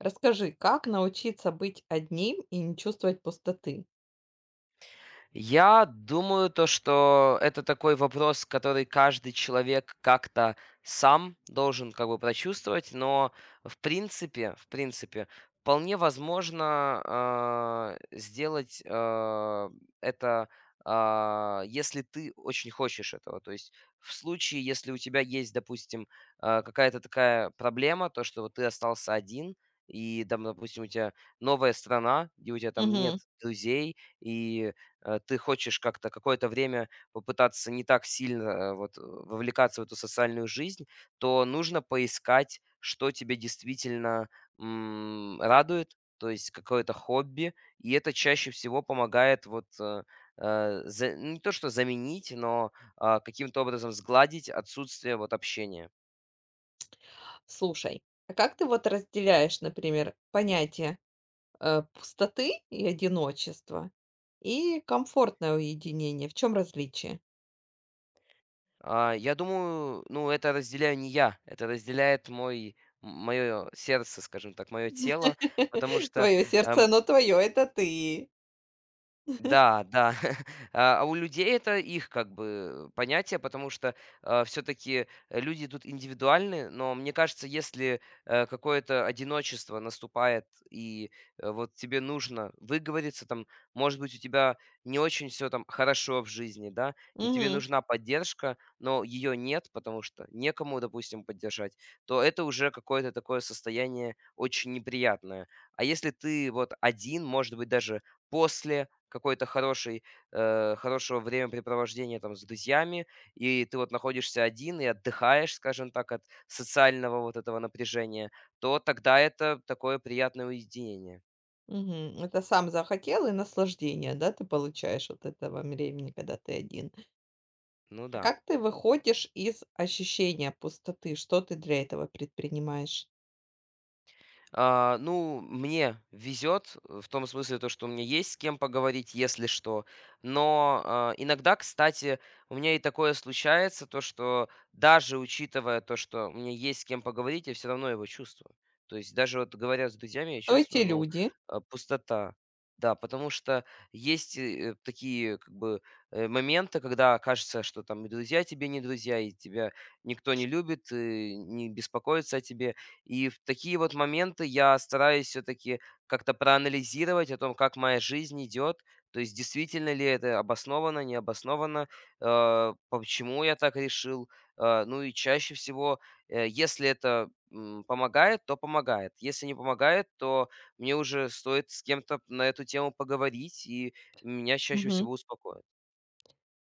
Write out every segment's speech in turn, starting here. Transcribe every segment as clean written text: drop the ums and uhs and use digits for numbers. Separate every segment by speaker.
Speaker 1: Расскажи, как научиться быть одним и не чувствовать пустоты?
Speaker 2: Я думаю, то, что это такой вопрос, который каждый человек как-то сам должен как бы прочувствовать, но в принципе, вполне возможно сделать это, если ты очень хочешь этого. То есть в случае, если у тебя есть, допустим, какая-то такая проблема, то, что вот ты остался один, и там, допустим, у тебя новая страна, где у тебя там нет
Speaker 1: Мгм.
Speaker 2: друзей, и ты хочешь как-то какое-то время попытаться не так сильно вот, вовлекаться в эту социальную жизнь, то нужно поискать, что тебе действительно радует, то есть какое-то хобби, и это чаще всего помогает вот не то что заменить, но каким-то образом сгладить отсутствие вот общения.
Speaker 1: Слушай, а как ты вот разделяешь, например, понятие, пустоты и одиночества и комфортное уединение? В чем различие?
Speaker 2: Я думаю, ну это разделяю не я, это разделяет мой мое сердце, скажем так, мое тело, потому что
Speaker 1: Твое сердце,
Speaker 2: эм,
Speaker 1: оно твое, это ты.
Speaker 2: Да, да. А у людей это их как бы понятие, потому что, все-таки люди тут индивидуальны, но мне кажется, если, какое-то одиночество наступает, и, вот тебе нужно выговориться, там, может быть, у тебя не очень все там хорошо в жизни, да, и тебе
Speaker 1: Мгм,
Speaker 2: нужна поддержка, но ее нет, потому что некому, допустим, поддержать, то это уже какое-то такое состояние очень неприятное. А если ты вот один, может быть, даже после хорошего времяпрепровождения там с друзьями, и ты вот находишься один и отдыхаешь, скажем так, от социального вот этого напряжения, то тогда это такое приятное уединение.
Speaker 1: мгм. Это сам захотел и наслаждение, да, ты получаешь от этого времени, когда ты один.
Speaker 2: Ну
Speaker 1: А
Speaker 2: да.
Speaker 1: как ты выходишь из ощущения пустоты? Что ты для этого предпринимаешь?
Speaker 2: Ну, мне везет в том смысле, то, что у меня есть с кем поговорить, если что. Но иногда, кстати, у меня и такое случается, то, что даже учитывая то, что у меня есть с кем поговорить, я все равно его чувствую. То есть даже вот говоря с друзьями, я
Speaker 1: Кто эти
Speaker 2: чувствую, ну,
Speaker 1: люди?
Speaker 2: пустота. Да, потому что есть такие как бы моменты, когда кажется, что там и друзья тебе не друзья, и тебя никто не любит, и не беспокоится о тебе. И в такие вот моменты я стараюсь все-таки как-то проанализировать о том, как моя жизнь идет, то есть действительно ли это обосновано, не обосновано, почему я так решил. Ну и чаще всего, если это помогает, то помогает. Если не помогает, то мне уже стоит с кем-то на эту тему поговорить, и меня чаще
Speaker 1: Мгм.
Speaker 2: всего успокоит.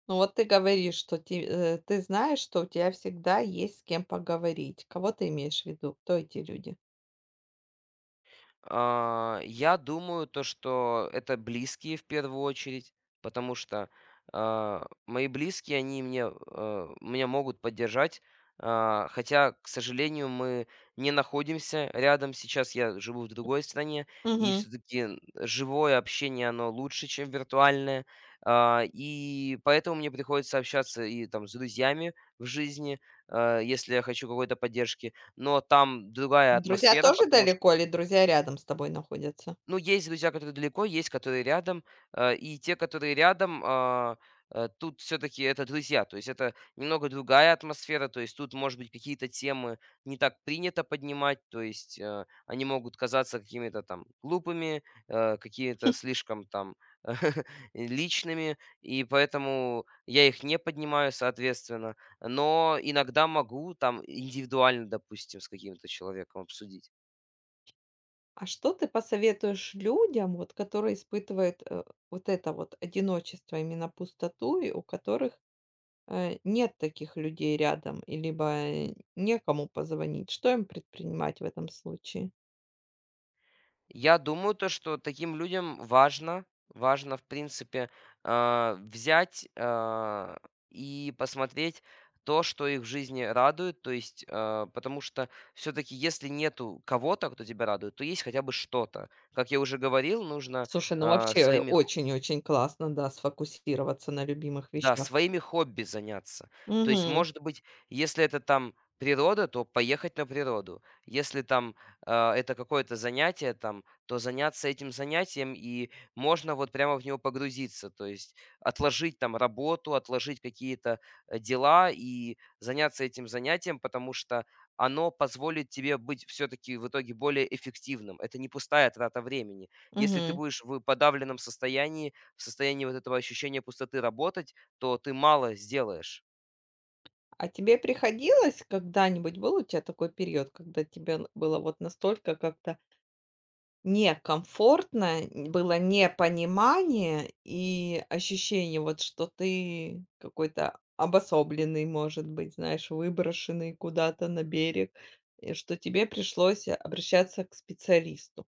Speaker 1: Ну вот ты говоришь, что ты знаешь, что у тебя всегда есть с кем поговорить. Кого ты имеешь в виду? Кто эти люди?
Speaker 2: Я думаю, то, что это близкие в первую очередь, потому что мои близкие, они меня могут поддержать, хотя, к сожалению, мы не находимся рядом. Сейчас я живу в другой стране, и
Speaker 1: Мгм.
Speaker 2: все-таки живое общение, оно лучше, чем виртуальное. И поэтому мне приходится общаться и там с друзьями в жизни, если я хочу какой-то поддержки. Но там другая
Speaker 1: А друзья
Speaker 2: атмосфера,
Speaker 1: тоже
Speaker 2: потому
Speaker 1: далеко или друзья рядом с тобой находятся?
Speaker 2: Ну, есть друзья, которые далеко, есть, которые рядом. И те, которые рядом, тут все-таки это друзья. То есть это немного другая атмосфера. То есть тут, может быть, какие-то темы не так принято поднимать. То есть они могут казаться какими-то там глупыми, какие-то слишком там личными. И поэтому я их не поднимаю, соответственно. Но иногда могу там индивидуально, допустим, с каким-то человеком обсудить.
Speaker 1: А что ты посоветуешь людям, вот, которые испытывают, вот это вот одиночество, именно пустоту, и у которых, нет таких людей рядом, и либо некому позвонить? Что им предпринимать в этом случае?
Speaker 2: Я думаю, то, что таким людям важно, в принципе, взять и посмотреть то, что их в жизни радует. То есть, потому что все-таки, если нету кого-то, кто тебя радует, то есть хотя бы что-то. Как я уже говорил, нужно
Speaker 1: Слушай, ну
Speaker 2: а,
Speaker 1: вообще
Speaker 2: своими
Speaker 1: очень-очень классно, да, сфокусироваться на любимых
Speaker 2: да,
Speaker 1: вещах.
Speaker 2: своими хобби заняться. То есть,
Speaker 1: Мгм,
Speaker 2: может быть, если это там природа, то поехать на природу. Если там это какое-то занятие, там, то заняться этим занятием, и можно вот прямо в него погрузиться. То есть отложить там работу, отложить какие-то дела и заняться этим занятием, потому что оно позволит тебе быть все-таки в итоге более эффективным. Это не пустая трата времени. Если ты
Speaker 1: мгм.
Speaker 2: будешь в подавленном состоянии, в состоянии вот этого ощущения пустоты работать, то ты мало сделаешь.
Speaker 1: А тебе приходилось когда-нибудь, был у тебя такой период, когда тебе н было вот настолько как-то некомфортно, н было непонимание и ощущение вот, что ты какой-то обособленный, может быть, знаешь, выброшенный куда-то на берег, и что тебе пришлось обращаться к специалисту?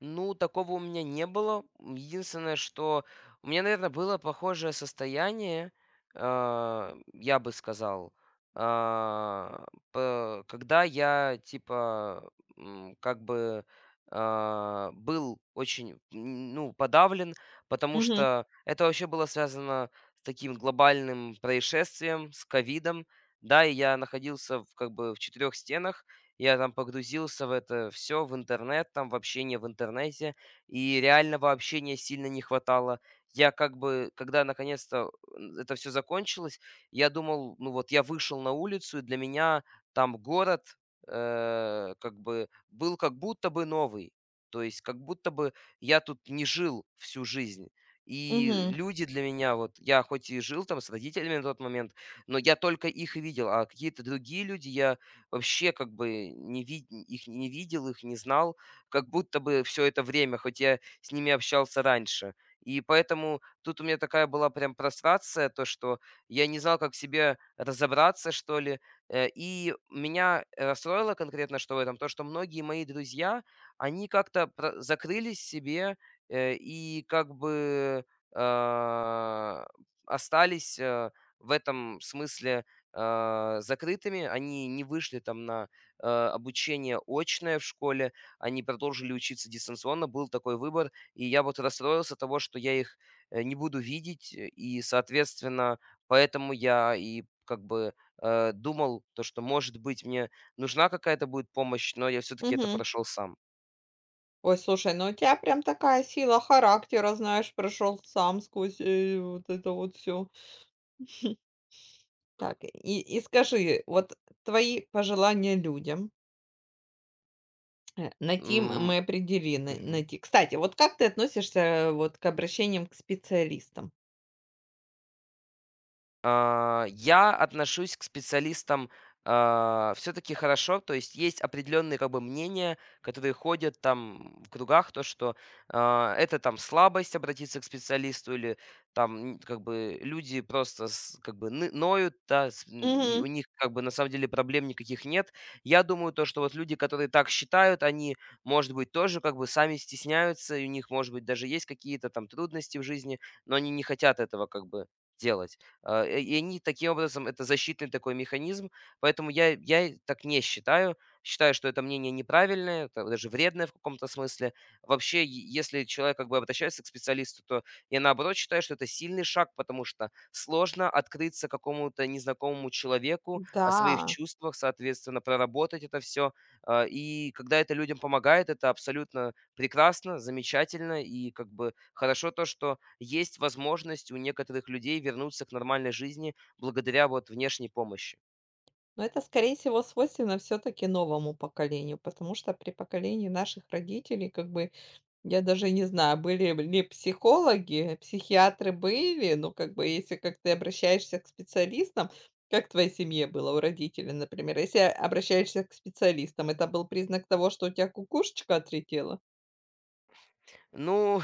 Speaker 2: Ну, такого у меня не было. Единственное, что у меня, наверное, было похожее состояние, я бы сказал, а, когда я, типа, как бы был очень, ну, подавлен, потому
Speaker 1: Мгм,
Speaker 2: что это вообще было связано с таким глобальным происшествием, с ковидом, да, и я находился как бы в четырех стенах. Я там погрузился в это все в интернет, там, в общение в интернете, и реального общения сильно не хватало. Я как бы, когда наконец-то, это все закончилось, я думал, ну вот я вышел на улицу, и для меня там город, как бы был как будто бы новый. То есть как будто бы я тут не жил всю жизнь. И
Speaker 1: мгм,
Speaker 2: люди для меня, вот я хоть и жил там с родителями на тот момент, но я только их и видел, а какие-то другие люди я вообще как бы не видел, их не знал, как будто бы все это время, хоть я с ними общался раньше. И поэтому тут у меня такая была прям прострация, то, что я не знал, как в себе разобраться, что ли. И меня расстроило конкретно, что в этом, то, что многие мои друзья, они как-то пр закрылись в себе, и как бы, а, остались, в этом смысле, закрытыми. Они не вышли там на обучение очное в школе, они продолжили учиться дистанционно, был такой выбор, и я вот расстроился того, что я их не буду видеть, и, соответственно, поэтому я и как бы думал, то, что, может быть, мне нужна какая-то будет помощь, но я все-таки это
Speaker 1: мгм.
Speaker 2: прошел сам.
Speaker 1: Ой, слушай, ну у тебя прям такая сила характера, знаешь, прошел сам сквозь, вот это вот все Так, и скажи, вот твои пожелания людям, на ким
Speaker 2: М,
Speaker 1: мы определены,
Speaker 2: мгм.
Speaker 1: найти. Кстати, вот как ты относишься вот к обращениям к специалистам?
Speaker 2: Я отношусь к специалистам, все-таки хорошо. То есть есть определенные как бы мнения, которые ходят там в кругах, то, что это там слабость обратиться к специалисту или там как бы люди просто как бы ноют, да, и
Speaker 1: Мгм.
Speaker 2: у них как бы на самом деле проблем никаких нет. Я думаю, то, что вот люди, которые так считают, они, может быть, тоже как бы сами стесняются, и у них, может быть, даже есть какие-то там трудности в жизни, но они не хотят этого как бы делать. И они таким образом это защитный такой механизм, поэтому я так не считаю. Считаю, что это мнение неправильное, это даже вредное в каком-то смысле. Вообще, е если человек как бы обращается к специалисту, то я, наоборот, считаю, что это сильный шаг, потому что сложно открыться какому-то незнакомому человеку о своих
Speaker 1: Да,
Speaker 2: чувствах, соответственно, проработать это все. И когда это людям помогает, это абсолютно прекрасно, замечательно и как бы хорошо то, что есть возможность у некоторых людей вернуться к нормальной жизни благодаря вот внешней помощи.
Speaker 1: но это, скорее всего, свойственно все-таки новому поколению, потому что при поколении наших родителей как бы я даже не знаю, были ли психологи, психиатры были, но как бы если как ты обращаешься к специалистам, как в твоей семье было у родителей, например, если обращаешься к специалистам, это был признак того, что у тебя кукушечка отлетела?
Speaker 2: Ну,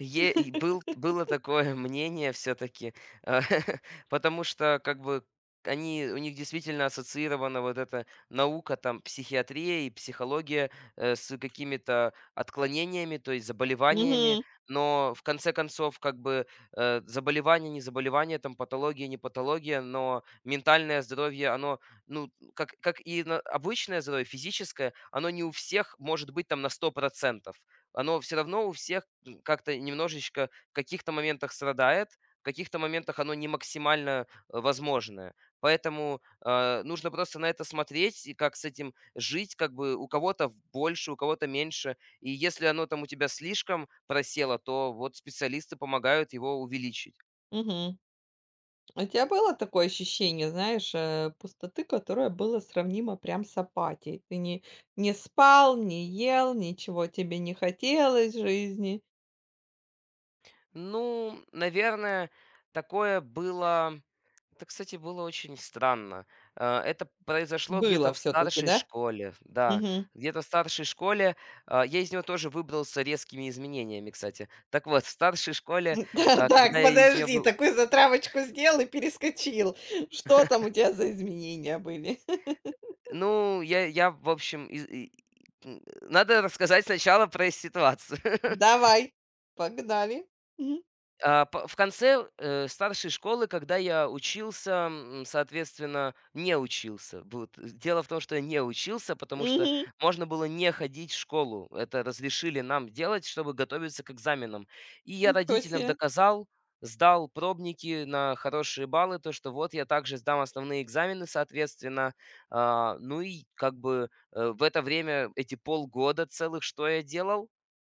Speaker 2: е и было такое мнение все таки потому что как бы они у них действительно ассоциирована вот эта наука, там, психиатрия и психология, с какими-то отклонениями, то есть заболеваниями.
Speaker 1: Мгм,
Speaker 2: Но в конце концов, как бы, заболевание, не заболевание, там, патология, не патология, но ментальное здоровье, оно, ну, как и на обычное здоровье, физическое, оно не у всех может быть там на сто процентов. Оно все равно у всех как-то немножечко в каких-то моментах страдает, в каких-то моментах оно не максимально, возможное. Поэтому, нужно просто на это смотреть и как с этим жить, как бы у кого-то больше, у кого-то меньше. И если оно там у тебя слишком просело, то вот специалисты помогают его увеличить.
Speaker 1: мгм. У тебя было такое ощущение, знаешь, пустоты, которое было сравнимо прям с апатией? Ты не не спал, не ел, ничего тебе не хотелось в жизни.
Speaker 2: Ну, наверное, такое было. Это, кстати, было очень странно. Это произошло где-то
Speaker 1: Было
Speaker 2: в
Speaker 1: все таки
Speaker 2: старшей
Speaker 1: да?
Speaker 2: школе. Да,
Speaker 1: Мгм.
Speaker 2: где-то в старшей школе. Я из нее тоже выбрался резкими изменениями, кстати. Так вот, в старшей школе,
Speaker 1: Да, так,
Speaker 2: когда я из нее
Speaker 1: подожди,
Speaker 2: был...
Speaker 1: такую затравочку сделал и перескочил. Что там у тебя за изменения были?
Speaker 2: Ну, я в общем. Надо рассказать сначала про ситуацию.
Speaker 1: Давай, погнали. Мгм.
Speaker 2: А, п В конце, старшей школы, когда я учился, соответственно, не учился. Вот. Дело в том, что я не учился, потому что
Speaker 1: Мгм.
Speaker 2: можно было не ходить в школу. Это разрешили нам делать, чтобы готовиться к экзаменам. И я
Speaker 1: Ничего
Speaker 2: родителям
Speaker 1: себе.
Speaker 2: доказал, сдал пробники на хорошие баллы, то, что вот я также сдам основные экзамены, соответственно. Ну и как бы, в это время, эти полгода целых, что я делал?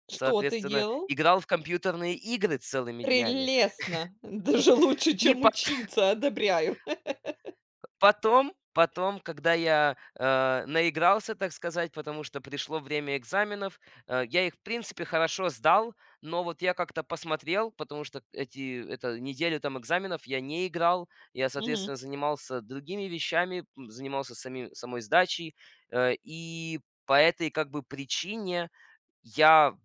Speaker 1: Что ты
Speaker 2: Соответственно,
Speaker 1: делал?
Speaker 2: играл в компьютерные игры целыми днями.
Speaker 1: Прелестно. Даже лучше,
Speaker 2: И
Speaker 1: чем
Speaker 2: пот
Speaker 1: учиться, одобряю.
Speaker 2: потом, когда я, наигрался, так сказать, потому что пришло время экзаменов, я их, в принципе, хорошо сдал, но вот я как-то посмотрел, потому что эти это неделю там экзаменов я не играл. Я,
Speaker 1: Мгм.
Speaker 2: соответственно, занимался другими вещами, занимался самим самой сдачей, и по этой как бы причине я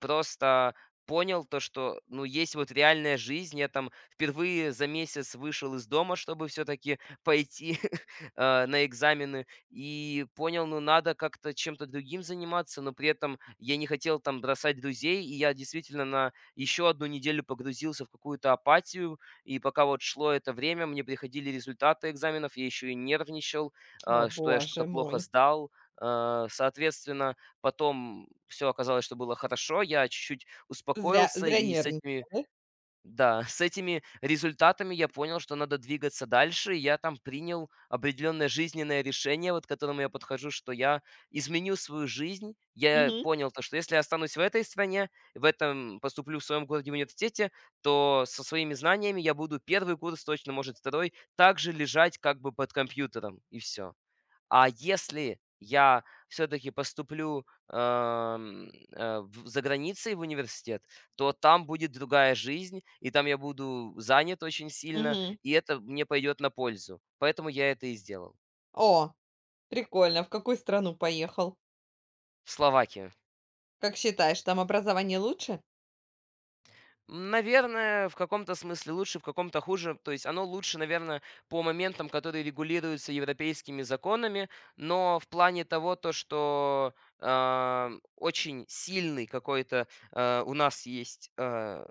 Speaker 2: просто понял то, что, ну, есть вот реальная жизнь. Я там впервые за месяц вышел из дома, чтобы все таки пойти, на экзамены. И понял, ну, надо как-то чем-то другим заниматься, но при этом я не хотел там бросать друзей. И я действительно на еще одну неделю погрузился в какую-то апатию. И пока вот шло это время, мне приходили результаты экзаменов, я еще и нервничал,
Speaker 1: О,
Speaker 2: что я что-то
Speaker 1: боже
Speaker 2: плохо
Speaker 1: мой.
Speaker 2: сдал. Соответственно, потом все оказалось, что было хорошо. Я чуть-чуть
Speaker 1: Зря,
Speaker 2: успокоился,
Speaker 1: зря
Speaker 2: и с этими
Speaker 1: нервничал, да?
Speaker 2: да, с этими результатами я понял, что надо двигаться дальше. И я там принял определенное жизненное решение, вот к которому я подхожу, что я изменю свою жизнь. Я
Speaker 1: Мгм.
Speaker 2: понял то, что если я останусь в этой стране, в этом поступлю в своем городе в университете, то со своими знаниями я буду первый курс, точно, может, второй, также лежать как бы под компьютером, и все. А если я все-таки поступлю за границей в университет, то там будет другая жизнь, и там я буду занят очень сильно,
Speaker 1: Мгм.
Speaker 2: и это мне пойдет на пользу. Поэтому я это и сделал.
Speaker 1: О, прикольно. А в какую страну поехал?
Speaker 2: В Словакии.
Speaker 1: Как считаешь, там образование лучше?
Speaker 2: Наверное, в каком-то смысле лучше, в каком-то хуже. То есть оно лучше, наверное, по моментам, которые регулируются европейскими законами, но в плане того, то, что очень сильный какой-то у нас есть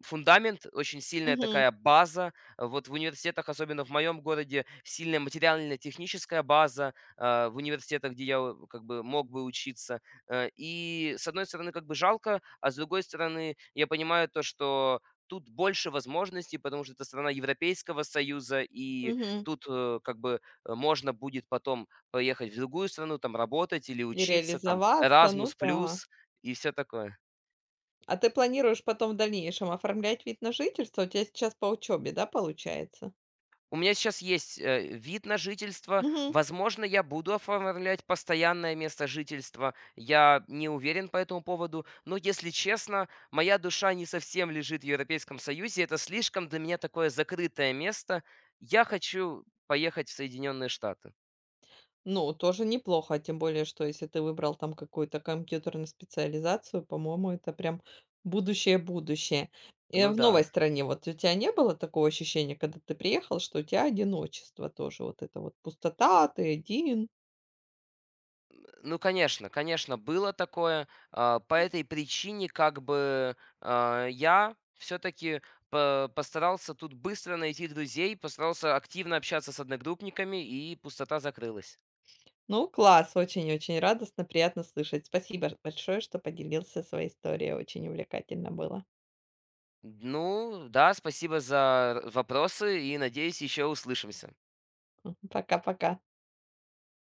Speaker 2: фундамент, очень сильная
Speaker 1: Мгм,
Speaker 2: такая база. Вот в университетах, особенно в моем городе, сильная материально-техническая база, а, в университетах, где я как бы мог бы учиться. И с одной стороны, как бы жалко, а с другой стороны, я понимаю то, что тут больше возможностей, потому что это страна Европейского Союза, и
Speaker 1: мгм.
Speaker 2: тут как бы можно будет потом поехать в другую страну, там работать или
Speaker 1: И
Speaker 2: учиться, там
Speaker 1: реализоваться,
Speaker 2: Erasmus+,
Speaker 1: ну да.
Speaker 2: плюс и все такое.
Speaker 1: А ты планируешь потом в дальнейшем оформлять вид на жительство? У тебя сейчас по учебе, да, получается?
Speaker 2: У меня сейчас есть, вид на жительство.
Speaker 1: Мгм.
Speaker 2: Возможно, я буду оформлять постоянное место жительства. Я не уверен по этому поводу. Но, если честно, моя душа не совсем лежит в Европейском Союзе. Это слишком для меня такое закрытое место. Я хочу поехать в Соединенные Штаты.
Speaker 1: Ну, тоже неплохо, тем более, что если ты выбрал там какую-то компьютерную специализацию, по-моему, это прям будущее-будущее. И
Speaker 2: Ну
Speaker 1: в
Speaker 2: да.
Speaker 1: новой стране вот у тебя не было такого ощущения, когда ты приехал, что у тебя одиночество тоже, вот это вот пустота, ты один?
Speaker 2: Ну, конечно, конечно, было такое. По этой причине как бы, я все таки постарался тут быстро найти друзей, постарался активно общаться с одногруппниками, и пустота закрылась.
Speaker 1: Ну, класс, очень-очень радостно, приятно слышать. Спасибо большое, что поделился своей историей. Очень увлекательно было.
Speaker 2: Ну да, спасибо за вопросы, и, надеюсь, еще услышимся.
Speaker 1: Мгм. Пока-пока.